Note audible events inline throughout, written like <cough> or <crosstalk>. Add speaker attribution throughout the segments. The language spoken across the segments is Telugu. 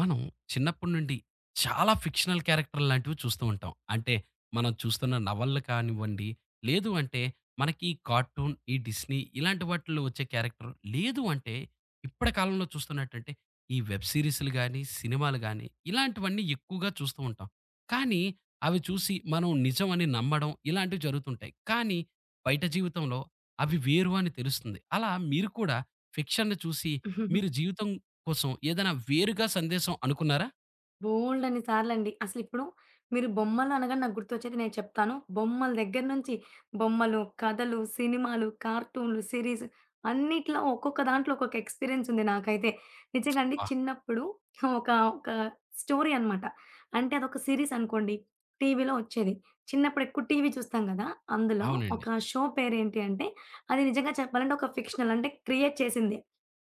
Speaker 1: మనం చిన్నప్పటి నుండి చాలా ఫిక్షనల్ క్యారెక్టర్లు లాంటివి చూస్తూ ఉంటాం. అంటే మనం చూస్తున్న నవలలు కానివ్వండి, లేదు అంటే మనకి కార్టూన్, ఈ డిస్నీ ఇలాంటి వాటిల్లో వచ్చే క్యారెక్టర్ లేదు అంటే ఇప్పటి కాలంలో చూస్తున్నట్టంటే ఈ వెబ్ సీరీస్‌లు గాని, సినిమాలు గాని ఇలాంటివన్నీ ఎక్కువగా చూస్తూ ఉంటాం. కానీ అవి చూసి మనం నిజం అని నమ్మడం ఇలాంటివి జరుగుతుంటాయి. కానీ బయట జీవితంలో అవి వేరు అని తెలుస్తుంది. అలా మీరు కూడా ఫిక్షన్‌ని చూసి
Speaker 2: హుహుహు.
Speaker 1: మీరు జీవితం కోసం ఏదైనా వేరుగా సందేశం అనుకున్నారా?
Speaker 2: బోలెడన్ని సార్లండి. అసలిప్పుడు మీరు బొమ్మలు అనగానే నాకు గుర్తొచ్చేది నేను చెప్తాను. బొమ్మల దగ్గర నుంచి బొమ్మలు, కథలు, సినిమాలు, కార్టూన్‌లు, సిరీస్ అన్నిట్లో ఒక్కొక్క దాంట్లో ఒక్కొక్క ఎక్స్‌పీరియన్స్ ఉంది నాకైతే. నిజంగా అండి
Speaker 1: అబ్బా!
Speaker 2: చిన్నప్పుడు ఒక, ఒక స్టోరీ అనమాట. అంటే అదొక సిరీస్ అనుకోండి. టీవీలో వచ్చేది. చిన్నప్పుడు ఎక్కువ టీవీ చూస్తాం గదా! అందులో ఒక
Speaker 1: అవునండి.
Speaker 2: షో పేరేంటి అంటే అది నిజంగా చెప్పాలంటే ఒక ఫిక్షనల్ అంటే క్రియేట్ చేసిందే.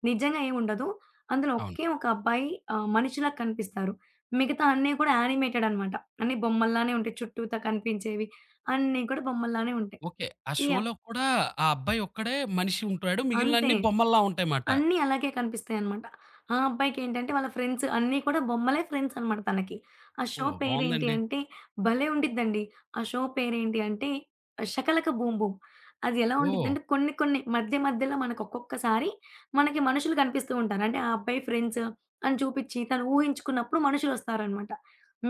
Speaker 2: నిజంగా ఏముండదు. అందులో
Speaker 1: అవును.
Speaker 2: ఒకే ఒక అబ్బాయి మనిషిలా కనిపిస్తారు. మిగతా అన్నీ కూడా యానిమేటెడ్ అనమాట. అన్నీ బొమ్మల్లానే ఉంటాయి. చుట్టూతా కనిపించేవి అన్నీ కూడా బొమ్మల్లానే ఉంటాయి.
Speaker 1: ఓకే. ఆ
Speaker 2: యాహ్!
Speaker 1: షోలో కూడా ఆ అబ్బాయి ఒక్కడే మనిషి ఉంటాడు.
Speaker 2: అంతే.
Speaker 1: మిగిలినన్ని బొమ్మల్లా ఉంటాయమాట.
Speaker 2: అన్నీ అలాగే కనిపిస్తాయనమాట. ఆ అబ్బాయికేంటంటే వాళ్ళ ఫ్రెండ్స్ అన్నీ కూడా బొమ్మలే ఫ్రెండ్స్ అనమాట తనకి. ఆ షో
Speaker 1: ఓహ్!
Speaker 2: పేరేంటి
Speaker 1: బావుందండి.
Speaker 2: అంటే భలే ఉండిద్దండి. ఆ షో పేరేంటి అంటే 'షకలక బూమ్ బూమ్.' అది ఎలా
Speaker 1: ఓహ్!
Speaker 2: ఉండిద్దంటే కొన్ని కొన్ని మధ్య మధ్యలో మనకొక్కొక్కసారి మనకి మనుషులు కనిపిస్తూ ఉంటారు. అంటే ఆ అబ్బాయి ఫ్రెండ్స్ అని చూపిచ్చి తను ఊహించుకున్నప్పుడు మనుషులొస్తారనమాట.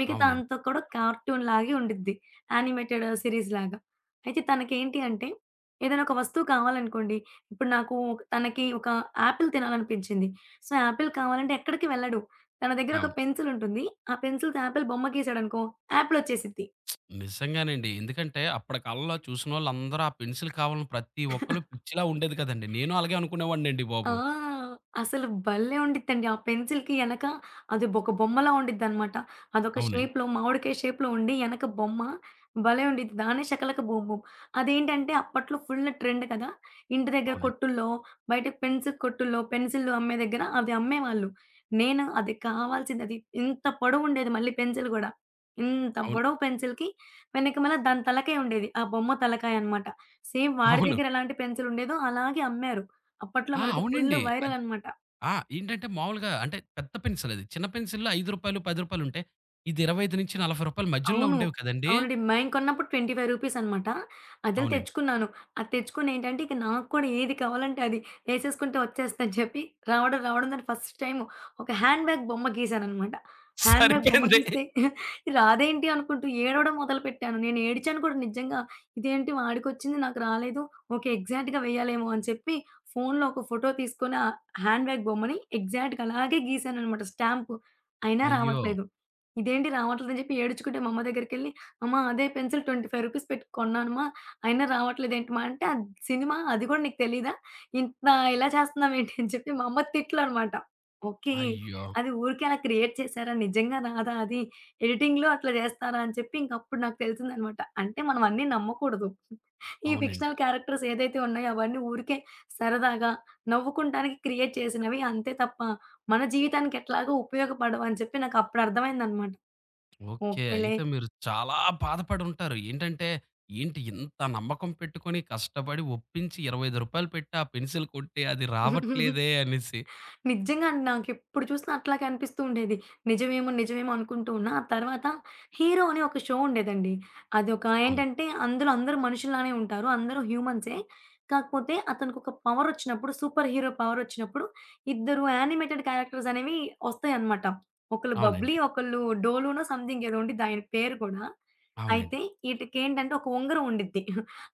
Speaker 2: మిగతా
Speaker 1: అవునండి.
Speaker 2: అంతా కూడా కార్టూన్‌లాగే ఉండిద్ది. యానిమేటెడ్ సీరీస్‌లాగా. అయితే తనకేంటి అంటే ఏదైనా ఒక వస్తువు కావాలనుకోండి తనకి ఒక యాపిల్ తినాలనిపించింది. సో, యాపిల్ కావాలంటే ఎక్కడికి వెళ్ళడు. తన దగ్గర ఒక
Speaker 1: అవును.
Speaker 2: పెన్సిల్ ఉంటుంది. ఆ పెన్సిల్‌తో యాపిల్ బొమ్మ గీసాడనుకో యాపిల్ వచ్చేసిద్ది.
Speaker 1: నిజంగానండి. ఎందుకంటే అప్పటి కాలంలో చూసినోళ్ళందరూ ఆ పెన్సిల్ కావాలని ప్రతి ఒక్కళ్ళు పిచ్చిలా ఉండేది కదండీ. నేను అలాగే అనుకునేవాడినండి
Speaker 2: ఆ!
Speaker 1: బాబు.
Speaker 2: అసలు భలే! ఉండిద్దండి. ఆ పెన్సిల్‌కి ఎనక అది ఒక బొమ్మలా ఉండిద్దనమాట. అదొక
Speaker 1: అవునండి.
Speaker 2: షేప్‌లో మామిడికాయ షేప్‌లో ఉండి ఎనక బొమ్మ భలే! ఉండిద్ది. దాన్నే షకలక బూమ్ బూమ్. అదేంటంటే అప్పట్లో ఫుల్ ట్రెండ్ కదా! ఇంటి దగ్గర
Speaker 1: అవునండి.
Speaker 2: కొట్టుల్లో, బయట పెన్సిల్ కొట్టుల్లో పెన్సిల్లు అమ్మే దగ్గర అవి అమ్మేవాళ్ళు. నేను అది కావాల్సింది అది ఇంత పొడవుండేది మళ్ళీ పెన్సిల్ గూడా. ఇంత
Speaker 1: అవును.
Speaker 2: పొడవు పెన్సిల్‌కి వెనకమాల దాని తలకాయ ఉండేది. ఆ బొమ్మ తలకాయ అనమాట. సేమ్ వాడి
Speaker 1: అవును.
Speaker 2: దగ్గర ఎలాంటి పెన్సిల్ ఉండేదో అలాగే అమ్మారు. అప్పట్లో
Speaker 1: ఆ!
Speaker 2: మరది ఫుల్లు
Speaker 1: అవునండి.
Speaker 2: వైరల్
Speaker 1: అది
Speaker 2: అనమాట.
Speaker 1: ఆ! ఏంటంటే మామూలుగా అంటే పెద్ద పెన్సిల్ అది. చిన్న పెన్సిల్‌లో రూ. 5, రూ. 10 ఉంటే ఇది 25-40 మధ్యలో
Speaker 2: అవును.
Speaker 1: ఉండేవి కదండీ!
Speaker 2: అవునండి. మేం కొన్నప్పుడు రూ. 25 అనమాట. అదెళ్ళి
Speaker 1: అవునండి. అంతే.
Speaker 2: తెచ్చుకున్నాను. అది తెచ్చుకొని ఏంటంటే, ఇక నాకు కూడా ఏది కావాలంటే అది ఏసేసుకుంటే వచ్చేస్తదని చెప్పి రావడం, రావడం దాన్ని ఫస్ట్ టైము ఒక హ్యాండ్ బ్యాగ్ బొమ్మ గీశాననమాట. హ్యాండ్ బ్యాగ్ బొమ్మ
Speaker 1: సరిపోయింది. <laughs>
Speaker 2: గీస్తే రాదేంటి అనుకుంటూ ఏడవడం మొదలుపెట్టాను. నేను ఏడిచాను కూడా నిజంగా. ఇదేంటి వాడికొచ్చింది నాకు రాలేదు. ఓకే. ఎగ్జాక్ట్‌గా వేయాలేమో అని చెప్పి ఫోనులో ఒక ఫోటో తీసుకొని ఆ హ్యాండ్ బ్యాగ్ బొమ్మని ఎగ్జాక్ట్‌గా అలాగే గీశాననమాట స్టాంపు. అయినా
Speaker 1: అయ్యో!
Speaker 2: రావట్లేదు. ఇదేంటి రావట్లేదని చెప్పి ఏడ్చుకుంటే మా అమ్మ దగ్గరికెళ్ళి, అమ్మ అదే పెన్సిల్ రూ. 25 పెట్టి కొన్నానమ్మా, అయినా రావట్లేదేంటమ్మా అంటే, "అది సినిమా అది కూడా నీకు తెలీదా? ఇంత ఇలా చేస్తున్నావేంటి?" అని చెప్పి మా అమ్మ తిట్లనమాట. ఓకే.
Speaker 1: అయ్యో!
Speaker 2: అది ఊరికే అలా క్రియేట్ చేశారా? నిజంగా రాదా అది? ఎడిటింగ్‌లో అట్లా చేస్తారా? అని చెప్పి ఇంకప్పుడు నాకు తెలిసిందనమాట. అంటే మనం అన్నీ నమ్మకూడదు. ఈ
Speaker 1: అవునండి.
Speaker 2: ఫిక్షనల్ క్యారెక్టర్స్ ఏదైతే ఉన్నాయో అవన్నీ ఊరికే సరదాగా నవ్వుకుంటానికి క్రియేట్ చేసినవి అంతే తప్ప, మన జీవితానికి ఎట్లాగో ఉపయోగపడవు అని చెప్పి నాకు అప్పుడు అర్థమైందనమాట.
Speaker 1: ఓకే.
Speaker 2: ఓకేలే.
Speaker 1: అయితే మీరు చాలా బాధపడుంటారు. ఏంటంటే, ఏంటి ఇంత నమ్మకం పెట్టుకొని, కష్టపడి, ఒప్పించి రూ. 25 పెట్టి ఆ పెన్సిల్ కొట్టి అది రావట్లేదే అనేసి.
Speaker 2: నిజంగా అండి. నాకెప్పుడు చూసినా అట్లాగే అనిపిస్తూ ఉండేది. నిజమేమో, నిజమేమో అనుకుంటూ ఉన్నా. ఆ తర్వాత 'హీరో' అని ఒక షో ఉండేదండి. అదొక
Speaker 1: అవును.
Speaker 2: ఏంటంటే అందులో అందరూ మనుషుల్లానే ఉంటారు. అందరూ హ్యూమన్సే. కాకపోతే అతనికొక పవరొచ్చినప్పుడు సూపర్ హీరో పవరొచ్చినప్పుడు ఇద్దరు యానిమేటెడ్ క్యారెక్టర్స్ అనేవి ఒస్తాయన్నమాట. ఒకళ్ళు 'బబ్లీ'
Speaker 1: అవునండి.
Speaker 2: ఒకళ్ళు 'డోలు'నో సంథింగ్ ఏదో ఉండిద్ది ఆయన పేరు కూడా. అయితే
Speaker 1: అవునండి.
Speaker 2: ఈటికేంటంటే ఒక ఉంగరం ఉండిద్ది.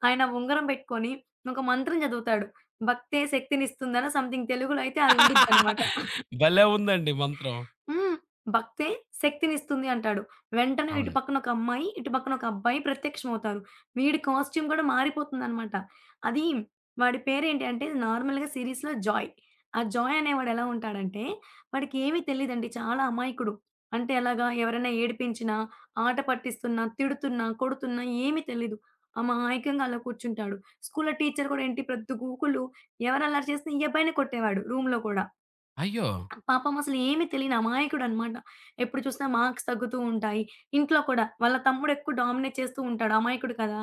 Speaker 2: ఆయన ఉంగరం పెట్టుకొని ఒక మంత్రం చదువుతాడు. భక్తే శక్తినిస్తుందనో సంథింగ్ తెలుగులో అయితే అది ఉండిద్దనమాట.
Speaker 1: <laughs> భలే ఉందండి మంత్రం.
Speaker 2: హ్మ్. భక్తే శక్తినిస్తుంది అంటాడు. వెంటనే ఇటు
Speaker 1: అవునండి.
Speaker 2: పక్కన ఒక అమ్మాయి, ఇటు పక్కన ఒక అబ్బాయి ప్రత్యక్షమవుతారు. వీడి కాస్ట్యూమ్ గూడా మారిపోతుందనమాట. అది వాడి పేరేంటి అంటే నార్మల్‌గా సిరీస్‌లో జాయ్. ఆ జాయ్ అనేవాడు ఎలా ఉంటాడంటే వాడికి ఏమీ తెలీదండి. చాలా అమాయకుడు. అంటే ఎలాగా ఎవరైనా ఏడిపించినా, ఆట పట్టిస్తున్నా, తిడుతున్నా, కొడుతున్నా ఏమీ తెలీదు. అమాయకంగా అలా కూర్చుంటాడు. స్కూల్‌లో టీచర్ కూడా ఏంటి పెద్ద గూకులు ఎవరు అల్లరి చేసినా ఈ అబ్బాయినే కొట్టేవాడు రూమ్‌లో కూడా.
Speaker 1: అయ్యో!
Speaker 2: పాపం అసలేమి తెలియని అమాయకుడనమాట. ఎప్పుడు చూసినా మార్క్స్ తగ్గుతూ ఉంటాయి. ఇంట్లో కూడా వాళ్ళ తమ్ముడు ఎక్కువ డామినేట్ చేస్తూ ఉంటాడు. అమాయకుడు కదా!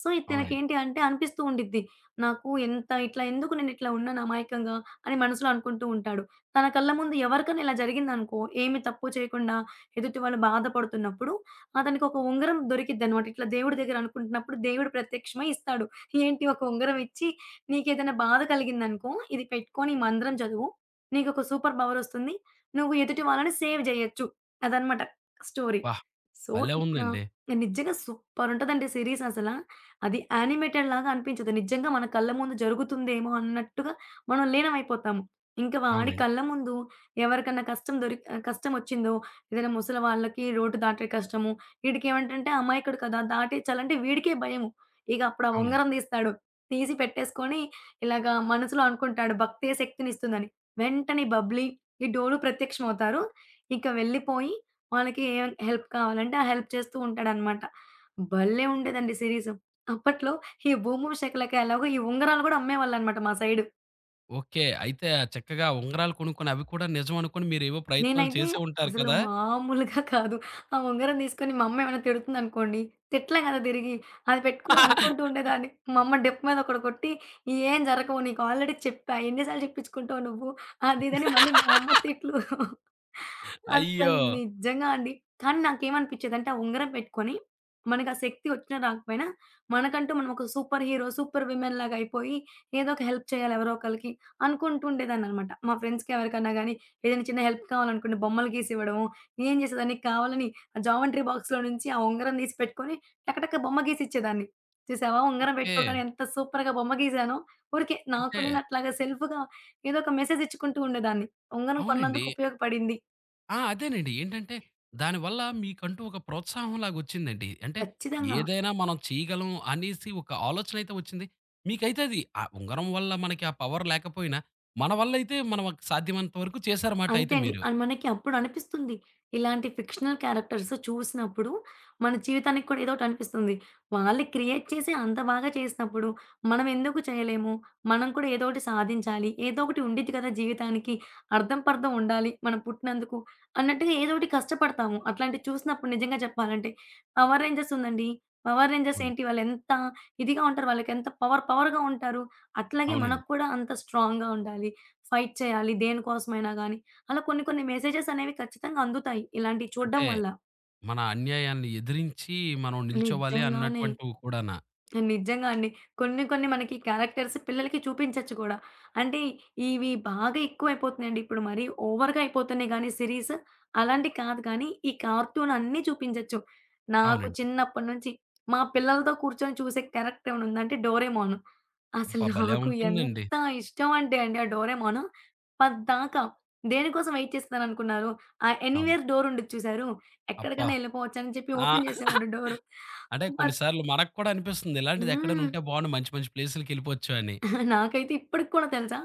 Speaker 2: సో,
Speaker 1: అవునండి.
Speaker 2: తనకేంటి అంటే అనిపిస్తూ ఉండిద్ది. నాకు ఎంత ఇట్లా ఎందుకు నేనిట్లా ఉన్నాను అమాయకంగా అని మనసులో అనుకుంటూ ఉంటాడు. తన కళ్ళ ముందు ఎవరికైనా ఇలా జరిగిందనుకో, ఏమి తప్పు చేయకుండా ఎదుటి వాళ్ళు బాధపడుతున్నప్పుడు అతనికొక ఉంగరం దొరికిద్దనమాట. ఇట్లా దేవుడి దగ్గర అనుకుంటున్నప్పుడు దేవుడు ప్రత్యక్షమై ఇస్తాడు. ఏంటి ఒక ఉంగరం ఇచ్చి, "నీకేదైనా బాధ కలిగిందనుకో, ఇది పెట్టుకొని ఈ మంత్రం చదువు. నీకొక సూపర్ పవరొస్తుంది. నువ్వు ఎదుటి వాళ్ళని సేవ్ జేయొచ్చు. అదనమాట స్టోరీ.
Speaker 1: అబ్బా!
Speaker 2: సో,
Speaker 1: భలే
Speaker 2: ఇక
Speaker 1: ఉందండి.
Speaker 2: నిజంగా సూపరుంటదండి సిరీస్ అసల. అది యానిమేటెడ్ లాగా అనిపించదు. నిజంగా మన కళ్ళ ముందు జరుగుతుందేమో అన్నట్టుగా మనం లీనమైపోతాము. ఇంక వాడి
Speaker 1: అవునండి.
Speaker 2: కళ్ళ ముందు ఎవరికన్నా కష్టం దొరి కష్టమొచ్చిందో ఏదైనా ముసలి వాళ్ళకి రోడ్డు దాటే కష్టము. వీడికేమంటంటే అమాయకుడు కదా! దాటిచ్చాలంటే వీడికే భయము. ఇగ అప్పుడు ఆ
Speaker 1: అవునండి.
Speaker 2: ఉంగరం తీస్తాడు. తీసి పెట్టేసుకొని ఇలాగా మనసులో అనుకుంటాడు భక్తే శక్తినిస్తుందని. వెంటనే బబ్లీ, ఈ డోలు ప్రత్యక్షమవుతారు. ఇంక వెళ్ళిపోయి వాళ్ళకి ఏ హెల్ప్ కావాలంటే, ఆ హెల్ప్ చేస్తూ ఉంటాడనమాట. భలే ఉండేదండి సీరీసు. అప్పట్లో ఈ 'భూమి శకలక' ఎలాగో ఈ ఉంగరాలు గూడా అమ్మేవాళ్ళనమాట మా సైడు.
Speaker 1: ఓకే. అయితే చక్కగా ఉంగరాలు కొనుక్కొని అవి కూడా నిజం అనుకోని మీరేవో ప్రయత్నాలు
Speaker 2: నేనైతే
Speaker 1: చేసే ఉంటారు
Speaker 2: అసలు
Speaker 1: కదా!
Speaker 2: మామూలుగా కాదు. ఆ ఉంగరం తీసుకొని మా అమ్మ ఏమైనా తిడుతుందనుకోండి, తిట్టలేం కదా తిరిగి. అది పెట్టుకొని అనుకుంటూ ఉండేదాన్ని. మా అమ్మ డెప్ మీద ఒకటి కొట్టి, "ఏం జరగవు నీకు ఆల్రెడీ చెప్పా. ఎన్ని సార్లు చెప్పించుకుంటావు నువ్వు" అది ఇదని మళ్ళీ మా అమ్మ తిట్లు.
Speaker 1: అయ్యో!
Speaker 2: అస్సలు నిజంగా అండి. కానీ నాకేమనిపించేదంటే ఆ ఉంగరం పెట్టుకొని మనకు ఆ శక్తి వచ్చినా రాకపోయినా, మనకంటూ మనం ఒక సూపర్ హీరో, సూపర్ విమెన్ లాగా అయిపోయి ఏదో ఒక హెల్ప్ చేయాలి ఎవరో ఒకళ్ళకి అనుకుంటూ ఉండేదాన్ననమాట. మా ఫ్రెండ్స్‌కి ఎవరికన్నా గాని ఏదైనా చిన్న హెల్ప్ కావాలనుకోండి బొమ్మలు గీసి ఇవ్వడము. నేనేం చేసేదాన్ని కావాలని ఆ జామెంట్రీ బాక్స్‌లో నుంచి ఆ ఉంగరం తీసి పెట్టుకొని టక టక బొమ్మ గీసిచ్చేదాన్ని. చూసావా ఉంగరం
Speaker 1: ఓకే.
Speaker 2: పెట్టుకోగానే ఎంత సూపర్‌గా బొమ్మ గీసానో. ఊరికే నాకు
Speaker 1: అంటే
Speaker 2: నేను అట్లాగా సెల్ఫ్‌గా ఏదో ఒక మెసేజ్ ఇచ్చుకుంటూ ఉండేదాన్ని. ఉంగరం
Speaker 1: అవునండి.
Speaker 2: కొన్నందుకు ఉపయోగపడింది.
Speaker 1: ఆ! అదేనండి. ఏంటంటే దానివల్ల మీకంటూ ఒక ప్రోత్సాహం లాగొచ్చిందండి. అంటే
Speaker 2: ఖచ్చితంగా.
Speaker 1: ఏదైనా మనం చేయగలం అనేసి ఒక ఆలోచనైతే వచ్చింది. మీకైతే అది ఆ ఉంగరం వల్ల మనకి ఆ పవర్ లేకపోయినా, మన వల్లైతే మనం సాధ్యమైనంత వరకు చేశారన్నమాట
Speaker 2: అంతే
Speaker 1: అయితే
Speaker 2: అండి.
Speaker 1: మీరు.
Speaker 2: మనకి అప్పుడు అనిపిస్తుంది. ఇలాంటి ఫిక్షనల్ క్యారెక్టర్స్ చూసినప్పుడు, మన జీవితానికి కూడా ఏదో ఒకటి అనిపిస్తుంది. వాళ్ళు క్రియేట్ చేసి అంత బాగా చేసినప్పుడు, మనం ఎందుకు చేయలేము? మనం కూడా ఏదో ఒకటి సాధించాలి. ఏదో ఒకటి ఉండిద్ది కదా! జీవితానికి. అర్థం పర్థం ఉండాలి మనం పుట్టినందుకు అన్నట్టుగా ఏదో ఒకటి కష్టపడతాము. అట్లాంటివి చూసినప్పుడు నిజంగా చెప్పాలంటే, పవర్ రేంజర్స్ ఉందండి. పవర్ రేంజర్స్
Speaker 1: అవును.
Speaker 2: ఏంటి వాళ్ళు ఎంత ఇదిగా ఉంటారు. వాళ్ళకి ఎంత పవర్ పవర్‌గా ఉంటారు. అట్లాగే మనకు
Speaker 1: అవునండి.
Speaker 2: కూడా అంత స్ట్రాంగ్‌గా ఉండాలి. ఫైట్ చేయాలి దేనికోసమైనా గాని. అలా కొన్ని కొన్ని మెసేజెస్ అనేవి ఖచ్చితంగా అందుతాయి. ఇలాంటివి చూడడం
Speaker 1: అంటే
Speaker 2: వల్ల.
Speaker 1: మన అన్యాయాన్ని ఎదిరించి మనం నిల్చోవాలి
Speaker 2: నిజంగానే.
Speaker 1: అన్నటువంటివి కూడానా?
Speaker 2: నిజంగా అండి. కొన్ని కొన్ని మనకి క్యారెక్టర్స్ పిల్లలకి చూపించొచ్చు కూడా. అంటే ఇవి బాగా ఎక్కువైపోతున్నాయండి. ఇప్పుడు మరీ ఓవర్‌గా అయిపోతున్నాయి గానీ సిరీస్ అలాంటి కాదు కానీ, ఈ కార్టూన్ అన్నీ చూపించొచ్చు. నాకు
Speaker 1: అవునండి.
Speaker 2: చిన్నప్పటి నుంచి మా పిల్లలతో కూర్చొని చూసే క్యారెక్టర్ ఏమైనా ఉందంటే 'డోరేమోన్.' అసలు
Speaker 1: అబ్బా! భలే
Speaker 2: నాకు
Speaker 1: ఉంటుందండి.
Speaker 2: ఎంత ఇష్టం అంటే అండి ఆ 'డోరేమోన్.' పద్దాకా దేనికోసం వెయిట్ చేస్తున్నాననుకున్నారు? ఆ
Speaker 1: అవును.
Speaker 2: 'ఎనీవేర్' డోర్ ఉండిద్ది చూసారు?
Speaker 1: అబ్బా!
Speaker 2: ఎక్కడికైనా ఎళ్ళిపోవచ్చు అని చెప్పి
Speaker 1: ఆ!
Speaker 2: ఓపెన్ చేసేవాడు డోరు.
Speaker 1: అంటే
Speaker 2: పద్
Speaker 1: కొన్నిసార్లు మనకు కూడా అనిపిస్తుంది. ఇలాంటిది ఎక్కడైనా
Speaker 2: హ్మ్.
Speaker 1: ఉంటే బావుండు మంచి మంచి ప్లేసులకెళ్ళిపోవచ్చు అని.
Speaker 2: నాకైతే ఇప్పటికి కూడా తెలుసా,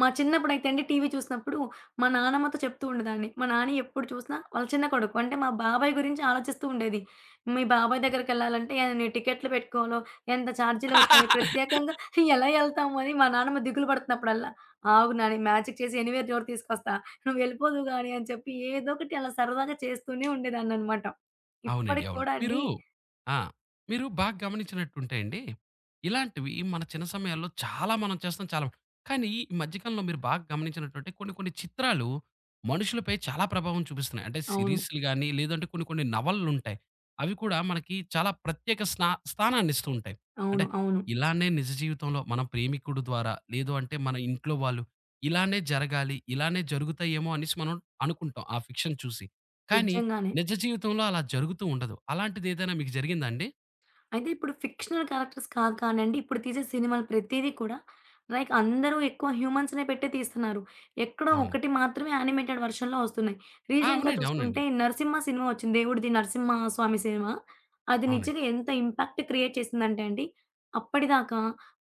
Speaker 2: మా చిన్నప్పుడైతే అండి టీవీ చూసినప్పుడు మా నానమ్మతో చెప్తూ ఉండేదాన్ని. మా నాని ఎప్పుడు చూసినా వాళ్ళ చిన్న కొడుకు అంటే మా బాబాయ్ గురించి ఆలోచిస్తూ ఉండేది. మీ బాబాయ్ దగ్గరికెళ్ళాలంటే ఎన్ని టికెట్లు పెట్టుకోవాలో, ఎంత ఛార్జీలవుతాయో, ప్రత్యేకంగా
Speaker 1: <laughs>
Speaker 2: ఎలా ఎళ్తాము అని మా నానమ్మ దిగులు పడుతున్నప్పుడల్లా, ఆగు నాని మ్యాజిక్ చేసి ఎనీవేర్ డోర్ తీసుకొస్తా. నువ్వు ఎళ్ళిపోదువు గాని అని చెప్పి ఏదో ఒకటి అలా సరదాగా చేస్తూనే ఉండేదాన్ననమాట.
Speaker 1: అవునండి.
Speaker 2: ఇప్పటికి
Speaker 1: అవును.
Speaker 2: కూడా అండి
Speaker 1: మీరు ఆ! మీరు బాగా గమనించినట్టుంటే అండి, ఇలాంటివి మన చిన్న సమయాల్లో చాలా మనం చేస్తాం చాలా కానీ ఈ మధ్య కాలంలో మీరు బాగా గమనించినట్టుంటే కొన్ని కొన్ని చిత్రాలు మనుషులపై చాలా ప్రభావం చూపిస్తున్నాయి. అంటే
Speaker 2: అవును.
Speaker 1: సిరీస్‌లు గాని, లేదంటే కొన్ని కొన్ని నవలలుంటాయి. అవి కూడా మనకి చాలా ప్రత్యేక స్థానాన్నిస్తూ ఉంటాయి. అంటే
Speaker 2: అవును. అవును.
Speaker 1: ఇలానే నిజ జీవితంలో మన ప్రేమికుడు ద్వారా, లేదు అంటే మన ఇంట్లో వాళ్ళు ఇలానే జరగాలి, ఇలానే జరుగుతాయేమో అనేసి మనం అనుకుంటాం ఆ ఫిక్షన్ చూసి. కానీ
Speaker 2: నిజంగానే.
Speaker 1: నిజ జీవితంలో అలా జరుగుతూ ఉండదు. అలాంటిదేదైనా మీకు జరిగిందా అండి?
Speaker 2: అయితే ఇప్పుడు ఫిక్షనల్ క్యారెక్టర్స్ కాదు కానండి. ఇప్పుడు తీసే సినిమాలు ప్రతీదీ కూడా లైక్ అందరూ ఎక్కువ హ్యూమన్స్‌నే పెట్టే తీస్తున్నారు. ఎక్కడో
Speaker 1: అవునండి.
Speaker 2: ఒకటి మాత్రమే యానిమేటెడ్ వెర్షన్‌లో వస్తున్నాయి.
Speaker 1: ఆ!
Speaker 2: రీసెంట్‌గా
Speaker 1: అవునండి. అవునండి.
Speaker 2: చూసుకుంటే 'నరసింహ' సినిమా వచ్చింది. దేవుడిది 'నరసింహ స్వామి' సినిమా. అది
Speaker 1: అవునండి.
Speaker 2: నిజంగా ఎంత ఇంపాక్ట్ క్రియేట్ చేసిందంటే అండి, అప్పటిదాకా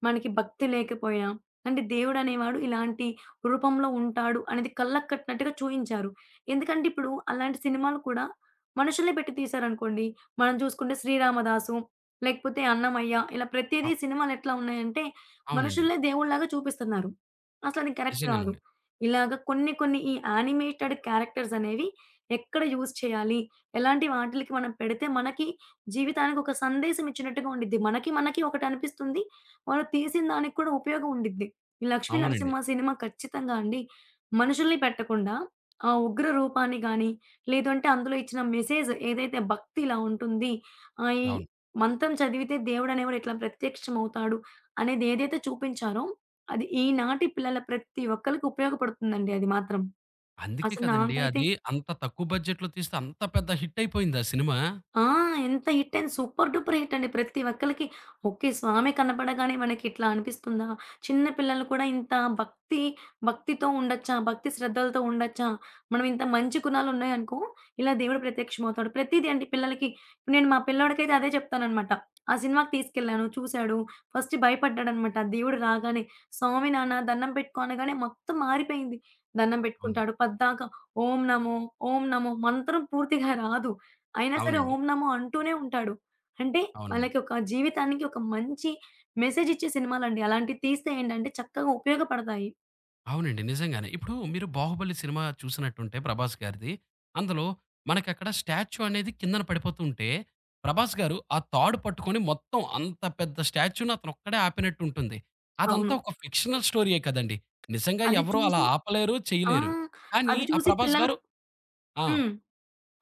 Speaker 2: మనకి భక్తి లేకపోయినా, అంటే దేవుడనేవాడు ఇలాంటి రూపంలో ఉంటాడు అనేది కళ్ళకి కట్టినట్టుగా చూయించారు. ఎందుకంటే ఇప్పుడు అలాంటి సినిమాలు కూడా మనుషుల్ని పెట్టి తీశారనుకోండి, మనం చూసుకుంటే 'శ్రీరామదాసు' లేకపోతే 'అన్నమయ్య' ఇలా ప్రతీదీ
Speaker 1: అవ్
Speaker 2: సినిమాలెట్లా ఉన్నాయంటే,
Speaker 1: అవునండి.
Speaker 2: మనుషుల్నే దేవుళ్ళలాగా చూపిస్తున్నారు. అసలది కరెక్ట్ గాదు.
Speaker 1: నిజంగానండి.
Speaker 2: ఇలాగ కొన్ని కొన్ని ఈ యానిమేటెడ్ క్యారెక్టర్స్ అనేవి ఎక్కడ యూజ్ చేయాలి? ఎలాంటి వాటిలకి మనం పెడితే మనకి జీవితానికి ఒక సందేశం ఇచ్చినట్టుగా ఉండిద్ది. మనకి మనకి ఒకటనిపిస్తుంది. వాళ్ళు తీసిన దానికి కూడా ఉపయోగం ఉండిద్ది. ఈ 'లక్ష్మీ
Speaker 1: అవునండి.
Speaker 2: నరసింహ' సినిమా ఖచ్చితంగా అండి మనుషుల్ని పెట్టకుండా, ఆ ఉగ్ర రూపాన్ని గాని, లేదంటే అందులో ఇచ్చిన మెసేజ్ ఏదైతే భక్తి ఇలా ఉంటుంది. ఈ
Speaker 1: అవును.
Speaker 2: మంత్రం చదివితే దేవుడనేవాడు ఇట్లా ప్రత్యక్షమవుతాడు అనేది ఏదైతే చూపించారో, అది ఈనాటి పిల్లల ప్రతి ఒక్కళ్ళకి ఉపయోగపడుతుందండి అది మాత్రం.
Speaker 1: అందుకే
Speaker 2: అసలు
Speaker 1: కదండీ
Speaker 2: నాకైతే
Speaker 1: అది అంత తక్కువ బడ్జెట్‌లో తీస్తే అంత పెద్ద హిట్ అయిపోయింది ఆ సినిమా.
Speaker 2: ఆ! ఎంత హిట్ అయింది. సూపర్ డూపర్ హిట్ అండి. ప్రతి ఒక్కళ్ళకి ఓకే. స్వామి కనపడగానే మనకి ఇట్లా అనిపిస్తుందా? చిన్న పిల్లలు కూడా ఇంత భక్తి భక్తితో ఉండొచ్చా? భక్తి శ్రద్ధలతో ఉండొచ్చా? మనం ఇంత మంచి గుణాలు ఉన్నాయనుకో, ఇలా దేవుడు ప్రత్యక్షమవుతాడు. ప్రతీది అండి పిల్లలకి ఇప్పుడు నేను మా పిల్లోడికైతే అదే చెప్తాననమాట. ఆ సినిమాకి తీసుకెళ్ళాను. చూసాడు. ఫస్ట్ భయపడ్డాడనమాట. దేవుడు రాగానే, "స్వామి నాన్న దండం పెట్టుకో" అనగానే మొత్తం మారిపోయింది. దండం
Speaker 1: అవును.
Speaker 2: పెట్టుకుంటాడు. పద్దాక ఓం నమో, ఓం నమో మంత్రం పూర్తిగా రాదు. అయినా సరే
Speaker 1: అవునండి.
Speaker 2: ఓం నమో అంటూనే ఉంటాడు. అంటే
Speaker 1: అవునండి.
Speaker 2: వాళ్ళకి ఒక జీవితానికి ఒక మంచి మెసేజ్ ఇచ్చే సినిమాలండి. అలాంటివి తీస్తే ఏంటంటే చక్కగా ఉపయోగపడతాయి.
Speaker 1: అవునండి. నిజంగానే. ఇప్పుడు మీరు 'బాహుబలి' సినిమా చూసినట్టుంటే 'ప్రభాస్' గారిది. అందులో మనకక్కడ స్టాచ్యూ అనేది కిందన పడిపోతూ ఉంటే, 'ప్రభాస్' గారు ఆ తాడు పట్టుకొని మొత్తం అంత పెద్ద స్టాచ్యూని అతనొక్కడే ఆపినట్టుంటుంది.
Speaker 2: అవును.
Speaker 1: అదంతా ఒక ఫిక్షనల్ స్టోరీయే కదండీ. నిజంగా
Speaker 2: అది
Speaker 1: ఎవరు అలా
Speaker 2: చూసి
Speaker 1: ఆపలేరు,
Speaker 2: ఆ!
Speaker 1: చేయలేరు. కానీ
Speaker 2: అది
Speaker 1: ఆ
Speaker 2: చూసి
Speaker 1: 'ప్రభాస్'
Speaker 2: పిల్లలు
Speaker 1: గారు ఆ!
Speaker 2: హ్మ్.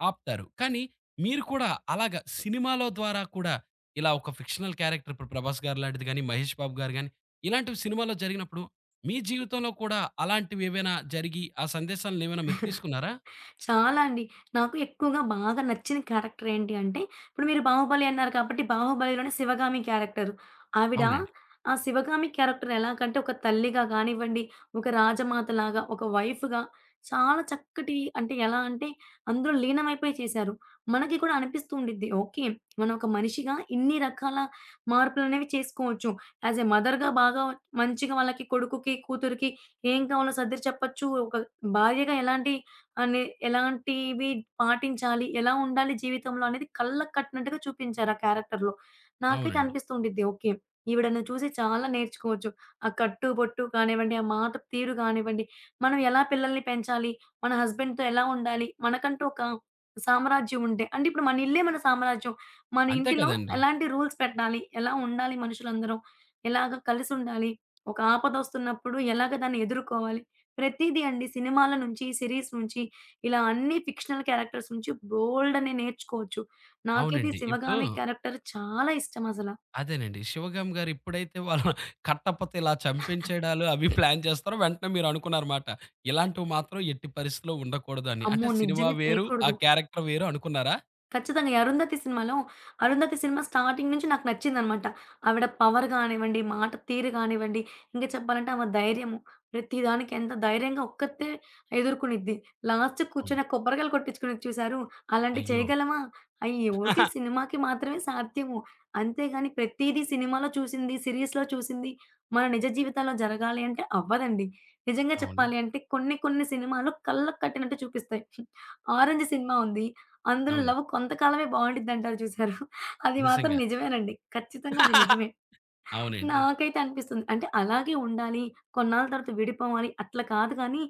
Speaker 1: ఆపుతారు. కానీ మీరు కూడా అలాగా సినిమాలో ద్వారా కూడా ఇలా ఒక ఫిక్షనల్ క్యారెక్టర్ ఇప్పుడు 'ప్రభాస్' గారు లాంటిది గాని, 'మహేష్ బాబు' గారు గాని ఇలాంటివి సినిమాలో జరిగినప్పుడు మీ జీవితంలో కూడా అలాంటివి ఏవైనా జరిగి ఆ సందేశాలను ఏమైనా మీరు తీసుకున్నారా?
Speaker 2: చాలా అండి. నాకు ఎక్కువగా బాగా నచ్చిన క్యారెక్టర్ ఏంటి అంటే, ఇప్పుడు మీరు 'బాహుబలి' అన్నారు కాబట్టి 'బాహుబలిలోనే' శివగామి క్యారెక్టర్. ఆవిడ
Speaker 1: అవునండి.
Speaker 2: ఆ శివగామి క్యారెక్టర్ ఎలాగంటే ఒక తల్లిగా గానివ్వండి, ఒక రాజమాతలాగా, ఒక వైఫ్‌గా చాలా చక్కటి అంటే ఎలా అంటే అందులో లీనమైపోయి చేశారు. మనకి కూడా అనిపిస్తూ ఉండిద్ది. ఓకే. మనం ఒక మనిషిగా ఇన్ని రకాల మార్పులనేవి చేసుకోవచ్చు. యాస్ ఎ మదర్‌గా బాగా మంచిగా వాళ్ళకి కొడుకుకి, కూతురికి ఏం కావాలో సర్ది చెప్పొచ్చు. ఒక భార్యగా అని ఎలాంటివి పాటించాలి, ఎలా ఉండాలి జీవితంలో అనేది కళ్ళకి కట్టినట్టుగా చూపించారు ఆ క్యారెక్టర్‌లో. నాకైతే
Speaker 1: అవునండి.
Speaker 2: అనిపిస్తూ ఉండిద్ది. ఓకే. ఈవిడని చూసి చాలా నేర్చుకోవచ్చు. ఆ కట్టు, బొట్టు కానివ్వండి, ఆ మాట తీరు కానివ్వండి, మనం ఎలా పిల్లల్ని పెంచాలి, మన హస్బెండ్‌తో ఎలా ఉండాలి, మనకంటూ ఒక సామ్రాజ్యం ఉంటే అంటే ఇప్పుడు మన ఇల్లే మన సామ్రాజ్యం. మన
Speaker 1: అంతే
Speaker 2: ఇంటిలో
Speaker 1: కదండీ!
Speaker 2: ఎలాంటి రూల్స్ పెట్టాలి, ఎలా ఉండాలి మనుషులందరం, ఎలాగ కలిసుండాలి, ఒక ఆపదొస్తున్నప్పుడు ఎలాగ దాన్ని ఎదుర్కోవాలి, ప్రతీదీ అండి. సినిమాల నుంచి, సీరీస్ నుంచి ఇలా అన్ని ఫిక్షనల్ క్యారెక్టర్స్ నుంచి బోలెడన్ని నేర్చుకోవచ్చు. నాకైతే ఈ
Speaker 1: అవునండి. ఇప్పుడు
Speaker 2: 'శివగామి' క్యారెక్టర్ చాలా ఇష్టమసల.
Speaker 1: అదేనండి. 'శివగామి' గారు ఎప్పుడైతే వాళ్ళ కట్టపొత ఇలా చంపించేయడాలు అవి ప్లాన్ చేస్తారో వెంటనే మీరు అనుకున్నారన్నమాట. ఇలాంటివి మాత్రం ఎట్టి పరిస్థితిలో ఉండకూడదు అని.
Speaker 2: అమ్మో!
Speaker 1: అంటే సినిమా
Speaker 2: నిజంగా
Speaker 1: వేరు, ఆ
Speaker 2: చేయకూడదు.
Speaker 1: క్యారెక్టర్ వేరు అనుకున్నారా?
Speaker 2: ఖచ్చితంగా. ఈ 'అరుంధతి' సినిమాలో అరుంధతి సినిమా స్టార్టింగ్ నుంచి నాకు నచ్చిందనమాట. ఆవిడ పవర్ గానివ్వండి, మాట తీరు గానివ్వండి, ఇంకా చెప్పాలంటే ఆమె ధైర్యము. ప్రతి దానికి ఎంత ధైర్యంగా ఒక్కతే ఎదుర్కొనిద్ది. లాస్ట్‌కి
Speaker 1: అవును.
Speaker 2: కూర్చొని ఆ కొబ్బరికాయలు కొట్టించుకునేది చూసారు? అలాంటివి
Speaker 1: అయ్యో!
Speaker 2: చేయగలమా? అయి ఓటి
Speaker 1: <laughs>
Speaker 2: సినిమాకి మాత్రమే సాధ్యము. అంతేగాని ప్రతీదీ సినిమాలో చూసింది, సీరీస్‌లో చూసింది మన నిజ జీవితంలో జరగాలి అంటే అవ్వదండి. నిజంగా చెప్పాలి
Speaker 1: అవునండి.
Speaker 2: అంటే కొన్ని కొన్ని సినిమాలు కళ్ళకి కట్టినట్టు చూపిస్తాయి. <laughs> 'ఆరెంజ్' సినిమా ఉంది. అందులో
Speaker 1: అవును.
Speaker 2: లవ్ కొంతకాలమే బావుండిద్దంటారు చూసారు. అది మాత్రం
Speaker 1: నిజంగా.
Speaker 2: నిజమేనండి. ఖచ్చితంగా అది నిజమే.
Speaker 1: <laughs> అవునండి.
Speaker 2: నాకైతే అనిపిస్తుంది. అంటే అలాగే ఉండాలి. కొన్నాళ్ళ తర్వాత విడిపోవాలి అట్లా కాదు కానీ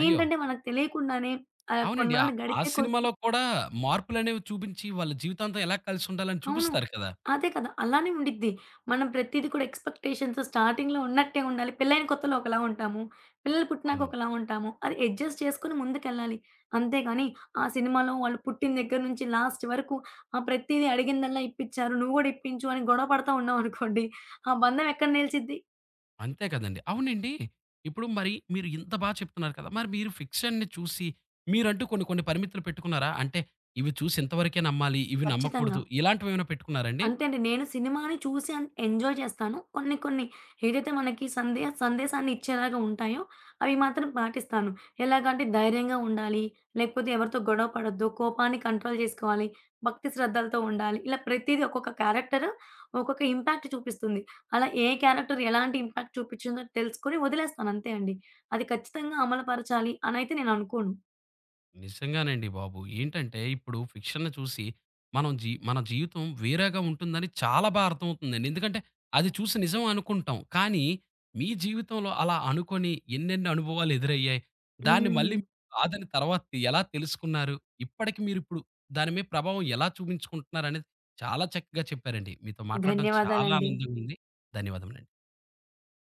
Speaker 1: అయ్యో!
Speaker 2: ఏంటంటే మనకు తెలియకుండానే
Speaker 1: అవునండి. ఆ
Speaker 2: కొన్నాళ్ళు
Speaker 1: ఆ
Speaker 2: గడిచే కొద్దీ
Speaker 1: సినిమాలో కూడా మార్పులనేవి చూపించి వాళ్ళ జీవితాంతం ఎలా కలిసుండాలని
Speaker 2: అవును.
Speaker 1: చూపిస్తారు కదా!
Speaker 2: అదే కదా! అలానే ఉండిద్ది. మనం ప్రతీది కూడా ఎక్స్‌పెక్టేషన్స్ స్టార్టింగ్‌లో ఉన్నట్టే ఉండాలి. పెళ్లైన కొత్తలో ఒకలా ఉంటాము. పిల్లలు పుట్టినాక
Speaker 1: అవునండి.
Speaker 2: ఒకలా ఉంటాము. అది అడ్జస్ట్ చేసుకొని ముందుకెళ్ళాలి. అంతేగాని ఆ సినిమాలో వాళ్ళు పుట్టిన దగ్గర నుంచి లాస్ట్ వరకు ఆ ప్రతీది అడిగిందల్లా ఇప్పిచ్చారు. నువ్వు గూడా ఇప్పించు అని గొడవ పడతా ఉన్నామనుకోండి, ఆ బంధం ఎక్కడ నిలిచిద్ది?
Speaker 1: అంతే కదండీ. అవునండి. ఇప్పుడు మరి మీరు ఇంత బా చెప్తున్నారు కదా! మరి మీరు ఫిక్షన్‌ని చూసి మీరంటూ కొన్ని కొన్ని పరిమితులు పెట్టుకున్నారా? అంటే ఇవి చూసి ఇంతవరకే నమ్మాలి, ఇవి
Speaker 2: ఖచ్చితంగా.
Speaker 1: నమ్మకూడదు ఇలాంటివేమైనా పెట్టుకున్నారండి?
Speaker 2: అంతే అండి. నేను సినిమాని చూసి అన్ ఎంజాయ్ చేస్తాను. కొన్ని కొన్ని ఏదైతే మనకి సందేశాన్ని ఇచ్చేలాగా ఉంటాయో అవి మాత్రం పాటిస్తాను. ఎలాగంటే ధైర్యంగా ఉండాలి, లేకపోతే ఎవరితో గొడవ పడొద్దు, కోపాన్ని కంట్రోల్ చేసుకోవాలి, భక్తి శ్రద్ధలతో ఉండాలి. ఇలా ప్రతీది ఒక్కొక్క క్యారెక్టర్ ఒక్కొక్క ఇంపాక్ట్ చూపిస్తుంది. అలా ఏ క్యారెక్టర్ ఎలాంటి ఇంపాక్ట్ చూపించిందో తెలుసుకొని వదిలేస్తాను అంతే అండి. అది ఖచ్చితంగా అమలుపరచాలి అనైతే నేను అనుకోను.
Speaker 1: నిజంగానండి బాబు. ఏంటంటే ఇప్పుడు ఫిక్షన్‌ని చూసి మనం మన జీవితం వేరేగా ఉంటుందని చాలా బా అర్థమవుతుందండి. ఎందుకంటే అది చూసి నిజం అనుకుంటాం. కానీ మీ జీవితంలో అలా అనుకోని ఎన్నెన్ని అనుభవాలు ఎదురయ్యాయి? దాన్ని
Speaker 2: హ్మ్.
Speaker 1: మళ్ళీ కాదని తర్వాత ఎలా తెలుసుకున్నారు? ఇప్పటికి మీరిప్పుడు దాని మీద ప్రభావం ఎలా చూపించుకుంటున్నారనేది చాలా చక్కగా చెప్పారండి. మీతో మాట్లాడడం చాలా
Speaker 2: ధన్యవాదాలండి.
Speaker 1: ఆనందంగా ఉంది. ధన్యవాదములండి.